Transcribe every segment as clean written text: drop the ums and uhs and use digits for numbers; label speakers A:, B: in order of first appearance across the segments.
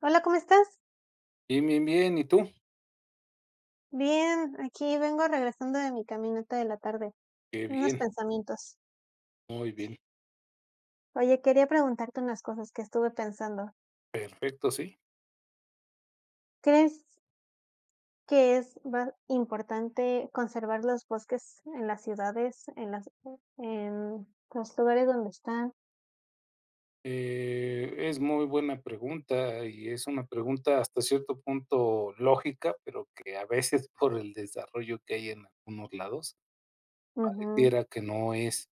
A: Hola, ¿cómo estás?
B: Bien, bien, bien. ¿Y tú?
A: Bien, aquí vengo regresando de mi caminata de la tarde,
B: Qué
A: unos
B: bien,
A: pensamientos.
B: muy bien.
A: Oye, quería preguntarte unas cosas que estuve pensando.
B: Perfecto, sí.
A: ¿Crees que es importante conservar los bosques en las ciudades, en los lugares donde están?
B: Es muy buena pregunta y es una pregunta hasta cierto punto lógica, pero que a veces por el desarrollo que hay en algunos lados,
A: Ujú,
B: pareciera que no es.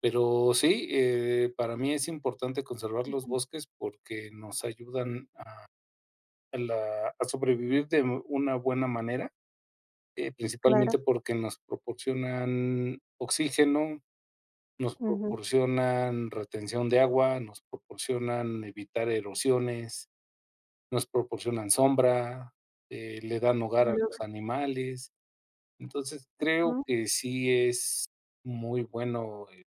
B: Pero sí, para mí es importante conservar los
A: ujú,
B: bosques porque nos ayudan a, a sobrevivir de una buena manera, principalmente
A: claro,
B: porque nos proporcionan oxígeno. Nos
A: ujú,
B: proporcionan retención de agua, nos proporcionan evitar erosiones, nos proporcionan sombra, le dan hogar a
A: sin duda.
B: los animales. Entonces, creo
A: Ujú.
B: que sí es muy bueno el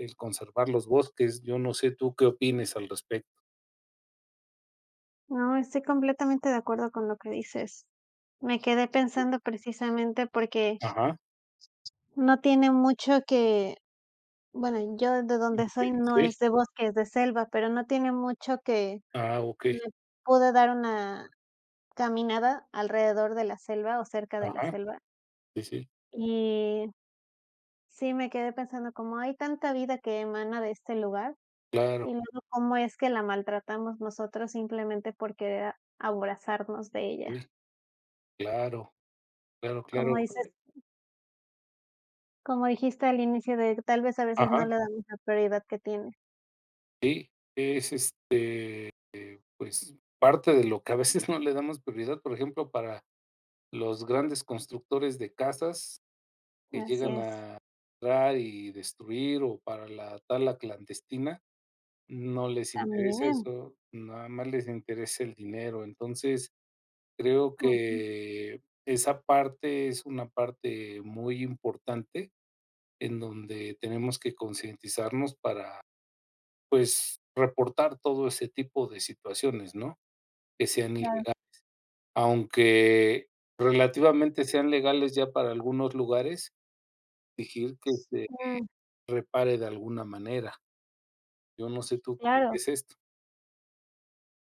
B: el conservar los bosques. Yo no sé tú qué opines al respecto.
A: No, estoy completamente de acuerdo con lo que dices. Me quedé pensando precisamente porque
B: Ajá,
A: no tiene mucho que bueno, yo de donde soy
B: okey,
A: no
B: sí.
A: es de bosque, es de selva, pero no tiene mucho que
B: Ah, okey,
A: me pude dar una caminada alrededor de la selva o cerca de la
B: ajá,
A: selva.
B: sí, sí,
A: Y sí me quedé pensando como hay tanta vida que emana de este lugar
B: claro,
A: y luego cómo es que la maltratamos nosotros simplemente por querer abrazarnos de ella.
B: sí, claro, claro, claro.
A: Como dices, como dijiste al inicio de que tal vez a veces
B: Ajá,
A: no le damos la prioridad que tiene.
B: sí, pues, parte de lo que a veces no le damos prioridad, por ejemplo, para los grandes constructores de casas que
A: Así
B: llegan
A: es.
B: a entrar y destruir o para la tala clandestina, no les interesa
A: Caminen.
B: eso, nada más les interesa el dinero. Entonces, creo
A: Ujú,
B: que esa parte es una parte muy importante en donde tenemos que concientizarnos para, pues, reportar todo ese tipo de situaciones, ¿no? Que sean
A: claro.
B: ilegales. Aunque relativamente sean legales ya para algunos lugares, exigir que se
A: Mm,
B: repare de alguna manera. Yo no sé tú cómo
A: claro.
B: es esto.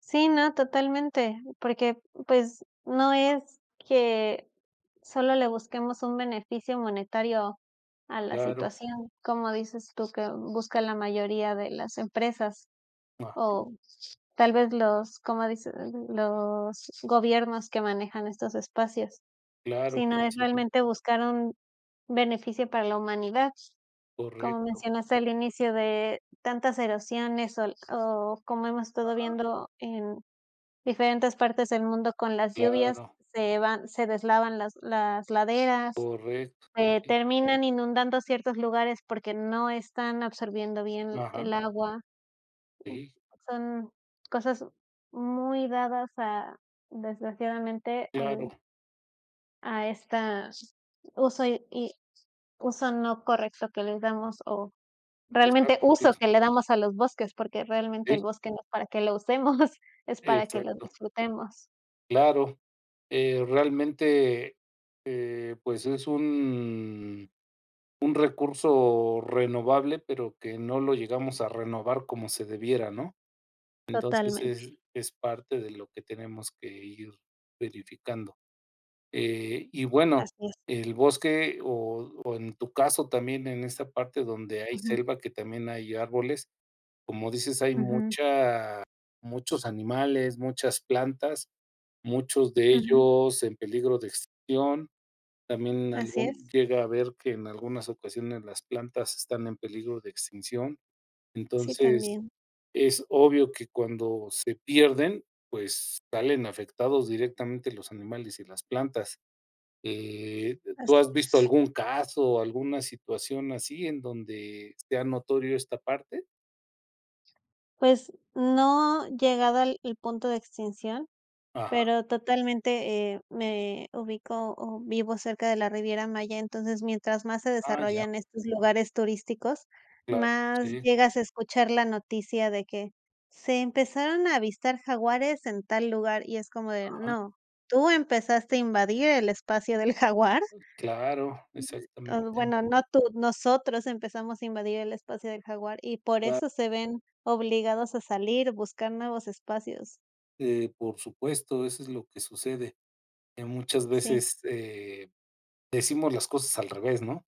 A: Sí, no, totalmente, porque, pues, no es que solo le busquemos un beneficio monetario a la
B: Claro,
A: situación, como dices tú, que busca la mayoría de las empresas,
B: ah,
A: o tal vez los, como dices, los gobiernos que manejan estos espacios,
B: claro,
A: sino
B: sí,
A: es
B: sí, sí,
A: realmente buscar un beneficio para la humanidad. Como
B: correcto,
A: mencionaste al inicio de tantas erosiones o como hemos estado viendo en diferentes partes del mundo con las lluvias
B: claro,
A: se van se deslavan las laderas,
B: correcto, sí,
A: terminan inundando ciertos lugares porque no están absorbiendo bien
B: ajá,
A: el agua.
B: sí,
A: Son cosas muy dadas a, desgraciadamente,
B: claro,
A: al a esta uso y uso no correcto que les damos o realmente
B: exacto,
A: uso
B: claro,
A: que le damos a los bosques, porque realmente
B: sí,
A: el bosque no es para que lo usemos, es para que lo
B: exacto,
A: disfrutemos.
B: claro. Realmente, pues, es un recurso renovable, pero que no lo llegamos a renovar como se debiera, ¿no? Entonces,
A: Totalmente.
B: es parte de lo que tenemos que ir verificando. Y bueno,
A: Así es.
B: el bosque o en tu caso también en esta parte donde hay
A: Ujú,
B: selva, que también hay árboles, como dices, hay
A: ujú,
B: mucha muchos animales, muchas plantas, muchos de
A: ujú.
B: ellos en peligro de extinción. También
A: Así
B: algún
A: es.
B: llega a ver que en algunas ocasiones las plantas están en peligro de extinción.
A: Sí,
B: Entonces,
A: también.
B: es obvio que cuando se pierden, pues salen afectados directamente los animales y las plantas. Eh, ¿Tú
A: Así
B: has visto
A: es.
B: algún caso, alguna situación así en donde sea notorio esta parte?
A: Pues, no llegado al el punto de extinción,
B: Ajá,
A: pero totalmente, me ubico o vivo cerca de la Riviera Maya, entonces, mientras más se
B: ah, ya,
A: desarrollan estos lugares turísticos,
B: claro,
A: más
B: sí,
A: llegas a escuchar la noticia de que se empezaron a avistar jaguares en tal lugar, y es como de:
B: ajá,
A: "No, tú empezaste a invadir el espacio del jaguar".
B: claro,
A: Oh,
B: exactamente.
A: bueno, no tú, nosotros empezamos a invadir el espacio del jaguar y por
B: Claro,
A: eso se ven obligados a salir, buscar nuevos espacios.
B: por supuesto, eso es lo que sucede, que muchas
A: Sí,
B: veces, decimos las cosas al revés, ¿no?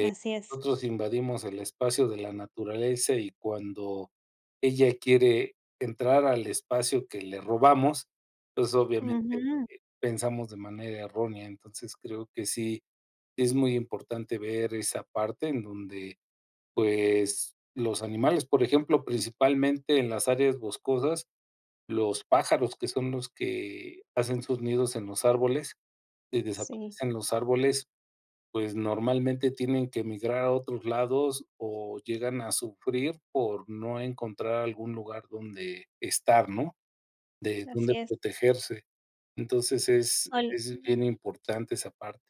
A: así es.
B: Nosotros invadimos el espacio de la naturaleza y cuando ella quiere entrar al espacio que le robamos, pues obviamente,
A: Ujú,
B: pensamos de manera errónea. Entonces, creo que sí, sí es muy importante ver esa parte en donde, pues, los animales, por ejemplo, principalmente en las áreas boscosas, los pájaros, que son los que hacen sus nidos en los árboles, y
A: sí,
B: desaparecen los árboles pues normalmente tienen que emigrar a otros lados o llegan a sufrir por no encontrar algún lugar donde estar, ¿no? De donde
A: así es.
B: protegerse. Entonces es
A: Ol
B: es bien importante esa parte.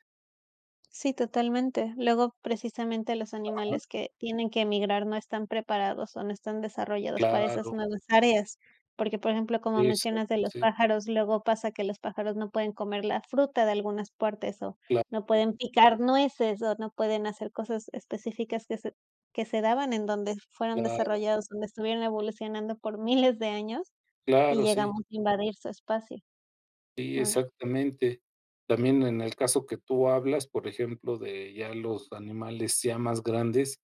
A: Sí, totalmente. Luego, precisamente, los animales que tienen que emigrar no están preparados o no están desarrollados para esas
B: Claro,
A: nuevas áreas, porque, por ejemplo, como
B: exacto,
A: mencionas de los
B: sí,
A: pájaros, luego pasa que los pájaros no pueden comer la fruta de algunas partes o
B: claro,
A: no pueden picar nueces o no pueden hacer cosas específicas que se daban en donde fueron
B: claro,
A: desarrollados, donde estuvieron evolucionando por miles de años y
B: claro, sí,
A: llegamos a invadir su espacio.
B: sí,
A: Ay,
B: exactamente. También en el caso que tú hablas, por ejemplo, de ya los animales ya más grandes,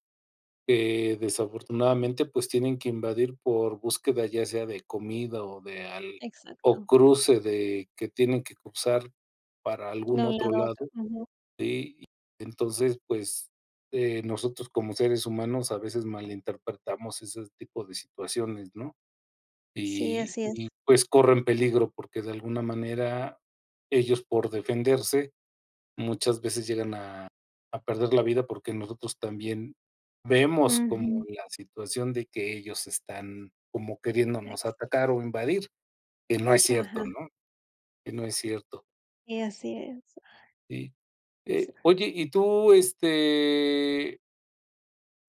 B: que desafortunadamente, pues, tienen que invadir por búsqueda, ya sea de comida o
A: exacto,
B: cruce de que tienen que cruzar para
A: de
B: algún
A: un
B: otro
A: lado a
B: lado,
A: otro. Ujú.
B: ¿sí? Entonces, pues, nosotros como seres humanos a veces malinterpretamos ese tipo de situaciones, ¿no?
A: Sí, así es.
B: Pues, corren peligro porque de alguna manera ellos por defenderse muchas veces llegan a perder la vida porque nosotros también vemos como
A: Ujú.
B: la situación de que ellos están como queriéndonos
A: Ex
B: atacar o invadir, que no es
A: Ajá,
B: cierto, ¿no? Que no es cierto.
A: y así es.
B: Sí,
A: S
B: oye, y tú,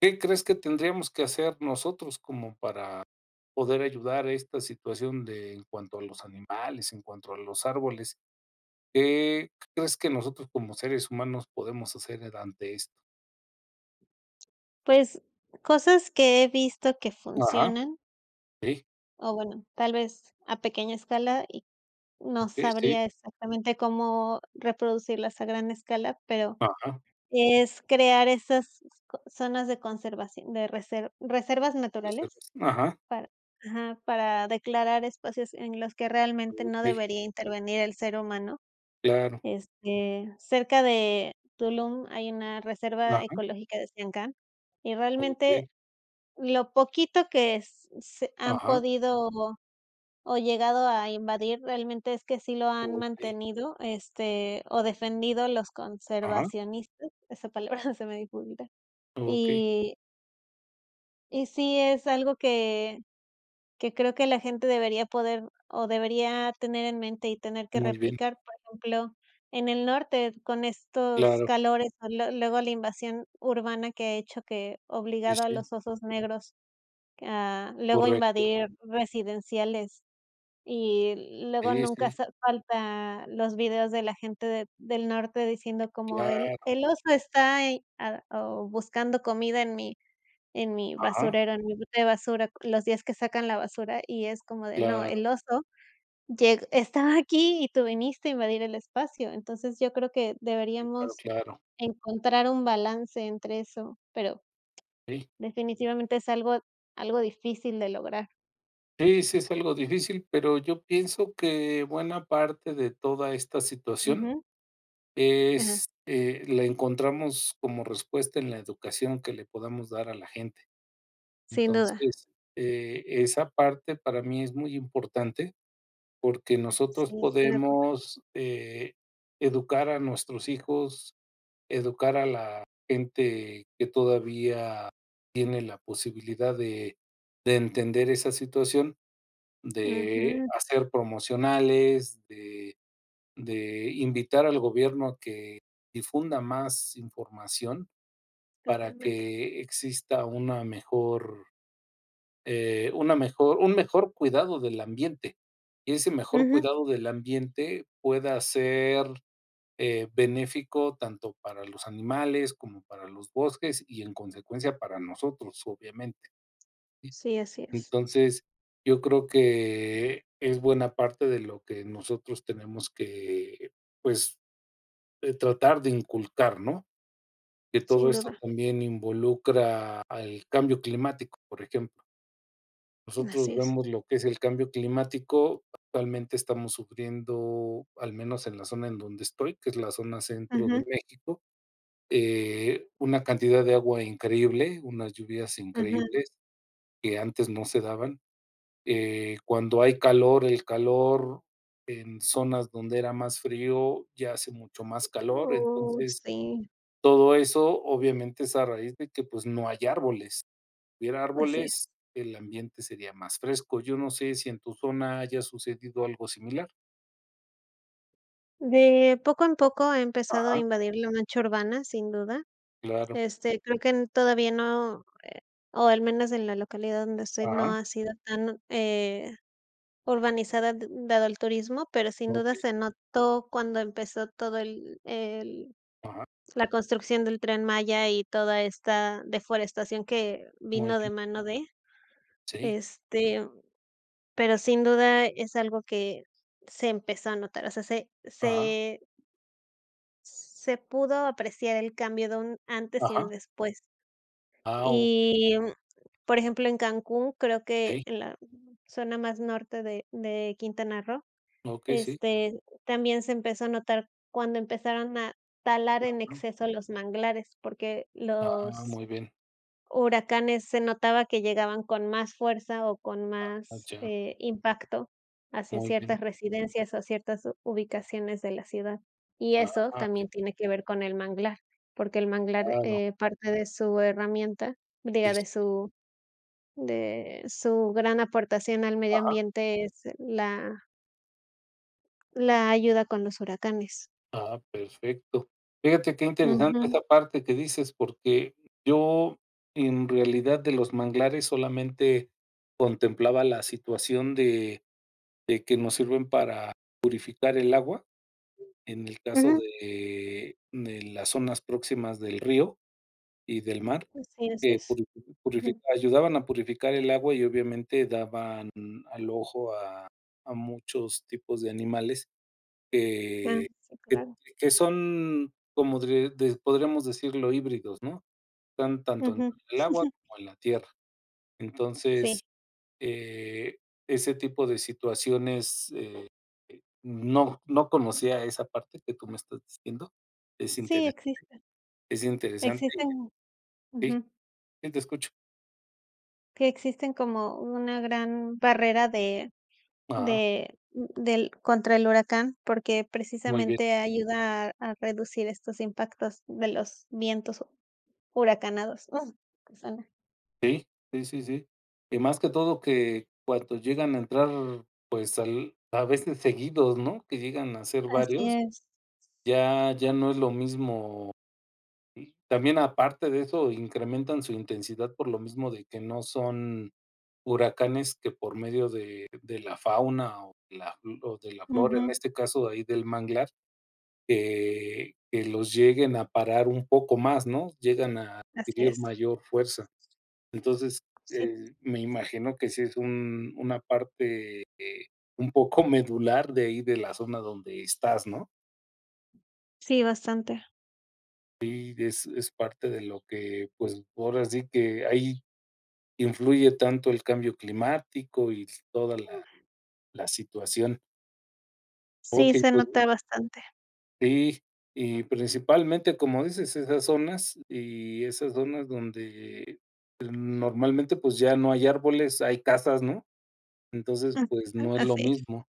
B: ¿qué crees que tendríamos que hacer nosotros como para poder ayudar a esta situación de en cuanto a los animales, en cuanto a los árboles? ¿Qué crees que nosotros como seres humanos podemos hacer ante esto?
A: Pues, cosas que he visto que
B: Ajá,
A: funcionan,
B: sí.
A: o bueno, tal vez a pequeña escala y no
B: Okey, sí,
A: sabría exactamente cómo reproducirlas a gran escala, pero
B: ajá,
A: es crear esas co zonas de conservación, de reservas naturales
B: reservas. Ajá,
A: para ajá, para declarar espacios en los que realmente no
B: okey,
A: debería intervenir el ser humano.
B: claro,
A: Este, cerca de Tulum hay una reserva
B: ajá,
A: ecológica de Siancán, y realmente
B: okey,
A: lo poquito que s se han
B: ajá,
A: podido o llegado a invadir, realmente es que sí lo han
B: okey,
A: mantenido, este, o defendido los
B: ajá,
A: conservacionistas, esa palabra se me dificulta.
B: okey,
A: Y y sí es algo que creo que la gente debería poder o debería tener en mente y tener que
B: muy bien,
A: replicar, por ejemplo, en el norte con estos
B: claro,
A: calores, o luego la invasión urbana que ha hecho que
B: sí,
A: obligado a
B: sí,
A: los osos negros a luego
B: correcto,
A: invadir residenciales y luego
B: sí,
A: nunca
B: sí,
A: sa falta los videos de la gente de del norte diciendo como el
B: claro,
A: el oso está, o buscando comida en mi
B: ajá,
A: basurero, en mi bote de basura, los días que sacan la basura, y es como de: "No,
B: claro,
A: el oso llegó estaba aquí y tú viniste a invadir el espacio". Entonces, yo creo que
B: claro,
A: deberíamos
B: claro,
A: encontrar un balance entre eso, pero
B: sí.
A: definitivamente es algo difícil de lograr.
B: Sí, sí es algo difícil, pero yo pienso que buena parte de toda esta situación
A: Ujú. Ajá.
B: la encontramos como respuesta en la educación que le podamos dar a la gente.
A: Sin duda.
B: Entonces, esa parte para mí es muy importante porque
A: Sí,
B: nosotros
A: estoy de acuerdo.
B: podemos, educar a nuestros hijos, educar a la gente que todavía tiene la posibilidad de entender esa situación, de
A: Ujú,
B: hacer promocionales, de invitar al gobierno a que difunda más información para
A: totalmente.
B: que exista una mejor un mejor cuidado del ambiente, y ese mejor
A: Ujú.
B: cuidado del ambiente pueda ser, benéfico tanto para los animales como para los bosques y, en consecuencia, para nosotros, obviamente, ¿sí?
A: Sí, así es.
B: Entonces, yo creo que es buena parte de lo que nosotros tenemos que, pues, tratar de inculcar, ¿no? Que todo
A: Sin
B: esto
A: duda.
B: también involucra al cambio climático, por ejemplo. Nosotros
A: Así es.
B: vemos lo que es el cambio climático. Actualmente estamos sufriendo, al menos en la zona en donde estoy, que es la zona centro de
A: Ujú,
B: México, una cantidad de agua increíble, unas lluvias
A: ujú.
B: increíbles que antes no se daban. Cuando hay calor, el calor en zonas donde era más frío, ya hace mucho más calor.
A: Oh,
B: Entonces,
A: sí,
B: todo eso obviamente es a raíz de que pues no hay árboles hubiera
A: así es.
B: árboles, el ambiente sería más fresco. Yo no sé si en tu zona haya sucedido algo similar.
A: De poco en poco ha empezado a
B: Ajá,
A: invadir la mancha urbana, sin duda.
B: claro.
A: Este, creo que todavía no, o al menos en la localidad donde estoy, no
B: Ajá,
A: ha sido tan urbanizada dado el turismo, pero sin duda
B: okey.
A: se notó cuando empezó todo
B: Ajá,
A: la construcción del Tren Maya y toda esta deforestación que
B: muy
A: vino
B: bien.
A: de mano de,
B: Sí,
A: este, pero sin duda es algo que se empezó a notar, o sea, se,
B: ajá,
A: se Se pudo apreciar el cambio de un antes y un
B: ajá.
A: después.
B: Ah, ok.
A: Y, por ejemplo, en Cancún, creo que en la zona más norte de Quintana Roo,
B: Ok, sí,
A: este, también se empezó a notar cuando empezaron a talar en
B: claro.
A: exceso los manglares, porque
B: Ah,
A: los
B: muy bien.
A: huracanes se notaba que llegaban con más fuerza o con
B: Ah,
A: más,
B: ya,
A: impacto hacia
B: muy bien.
A: ciertas residencias o ciertas ubicaciones de la ciudad. Y eso
B: Ah, ya,
A: también tiene que ver con el manglar, porque el manglar,
B: claro.
A: parte de su herramienta,
B: Sí,
A: diga, de
B: sí.
A: su de su gran aportación al medio
B: Ajá.
A: ambiente es la ayuda con los huracanes.
B: Ah, perfecto. Fíjate qué
A: Ujú,
B: interesante esa parte que dices, porque yo, en realidad, de los manglares solamente contemplaba la situación de que nos sirven para purificar el agua, en el caso
A: ujú,
B: de las zonas próximas del río y del mar,
A: sí, así
B: que
A: es.
B: purifica
A: Ujú,
B: ayudaban a purificar el agua y obviamente daban al ojo a muchos tipos de animales
A: ah,
B: que
A: sí,
B: que
A: claro.
B: que son como dre de podríamos decirlo híbridos, ¿no? Están tanto en
A: Ujú,
B: el agua como en la tierra. Entonces
A: sí,
B: eh, ese tipo de situaciones, no conocía esa parte que tú me estás diciendo. Es
A: sí
B: interes
A: existe.
B: es interesante.
A: Existen
B: Sí,
A: ujú,
B: sí, te escucho.
A: que existen como una gran barrera
B: Ah,
A: de del contra el huracán, porque
B: muy bien.
A: precisamente ayuda a reducir estos impactos de los vientos huracanados. Que suena.
B: Sí, sí, sí, sí. Y más que todo que cuando llegan a entrar, pues, al a veces seguidos, ¿no? Que llegan a ser
A: Así
B: varios,
A: es.
B: ya no es lo mismo. Y también, aparte de eso, incrementan su intensidad por lo mismo de que no son huracanes que por medio de la fauna o de la flora,
A: Ujú,
B: en este caso, ahí del manglar, que los lleguen a parar un poco más, ¿no? Llegan a
A: así
B: adquirir
A: es.
B: mayor fuerza. Entonces,
A: Sí,
B: me imagino que sí es un una parte, un poco medular de ahí de la zona donde estás, ¿no?
A: sí, bastante.
B: Sí, es parte de lo que, pues, ahora sí que ahí influye tanto el cambio climático y toda la situación.
A: Sí,
B: Okey,
A: se
B: pues
A: nota bastante.
B: sí, y principalmente, como dices, esas zonas y esas zonas donde normalmente, pues, ya no hay árboles, hay casas, ¿no? Entonces,
A: Ujú,
B: pues, no es lo
A: así es.
B: mismo,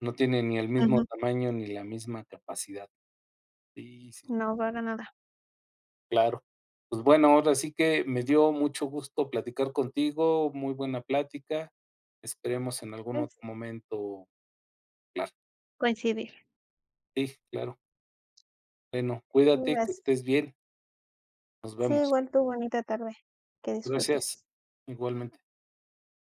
B: no tiene ni el mismo
A: Ujú.
B: tamaño ni la misma capacidad. Sí, sí,
A: No, para nada.
B: claro. Pues bueno, ahora sí que me dio mucho gusto platicar contigo, muy buena plática. Esperemos en algún otro
A: Es
B: momento pla
A: coincidir.
B: Sí, claro. Bueno, cuídate, que
A: Gracias.
B: estés bien. Nos
A: Sí,
B: vemos.
A: igual tú, bonita tarde. Que
B: Gracias.
A: disfrutes.
B: Igualmente.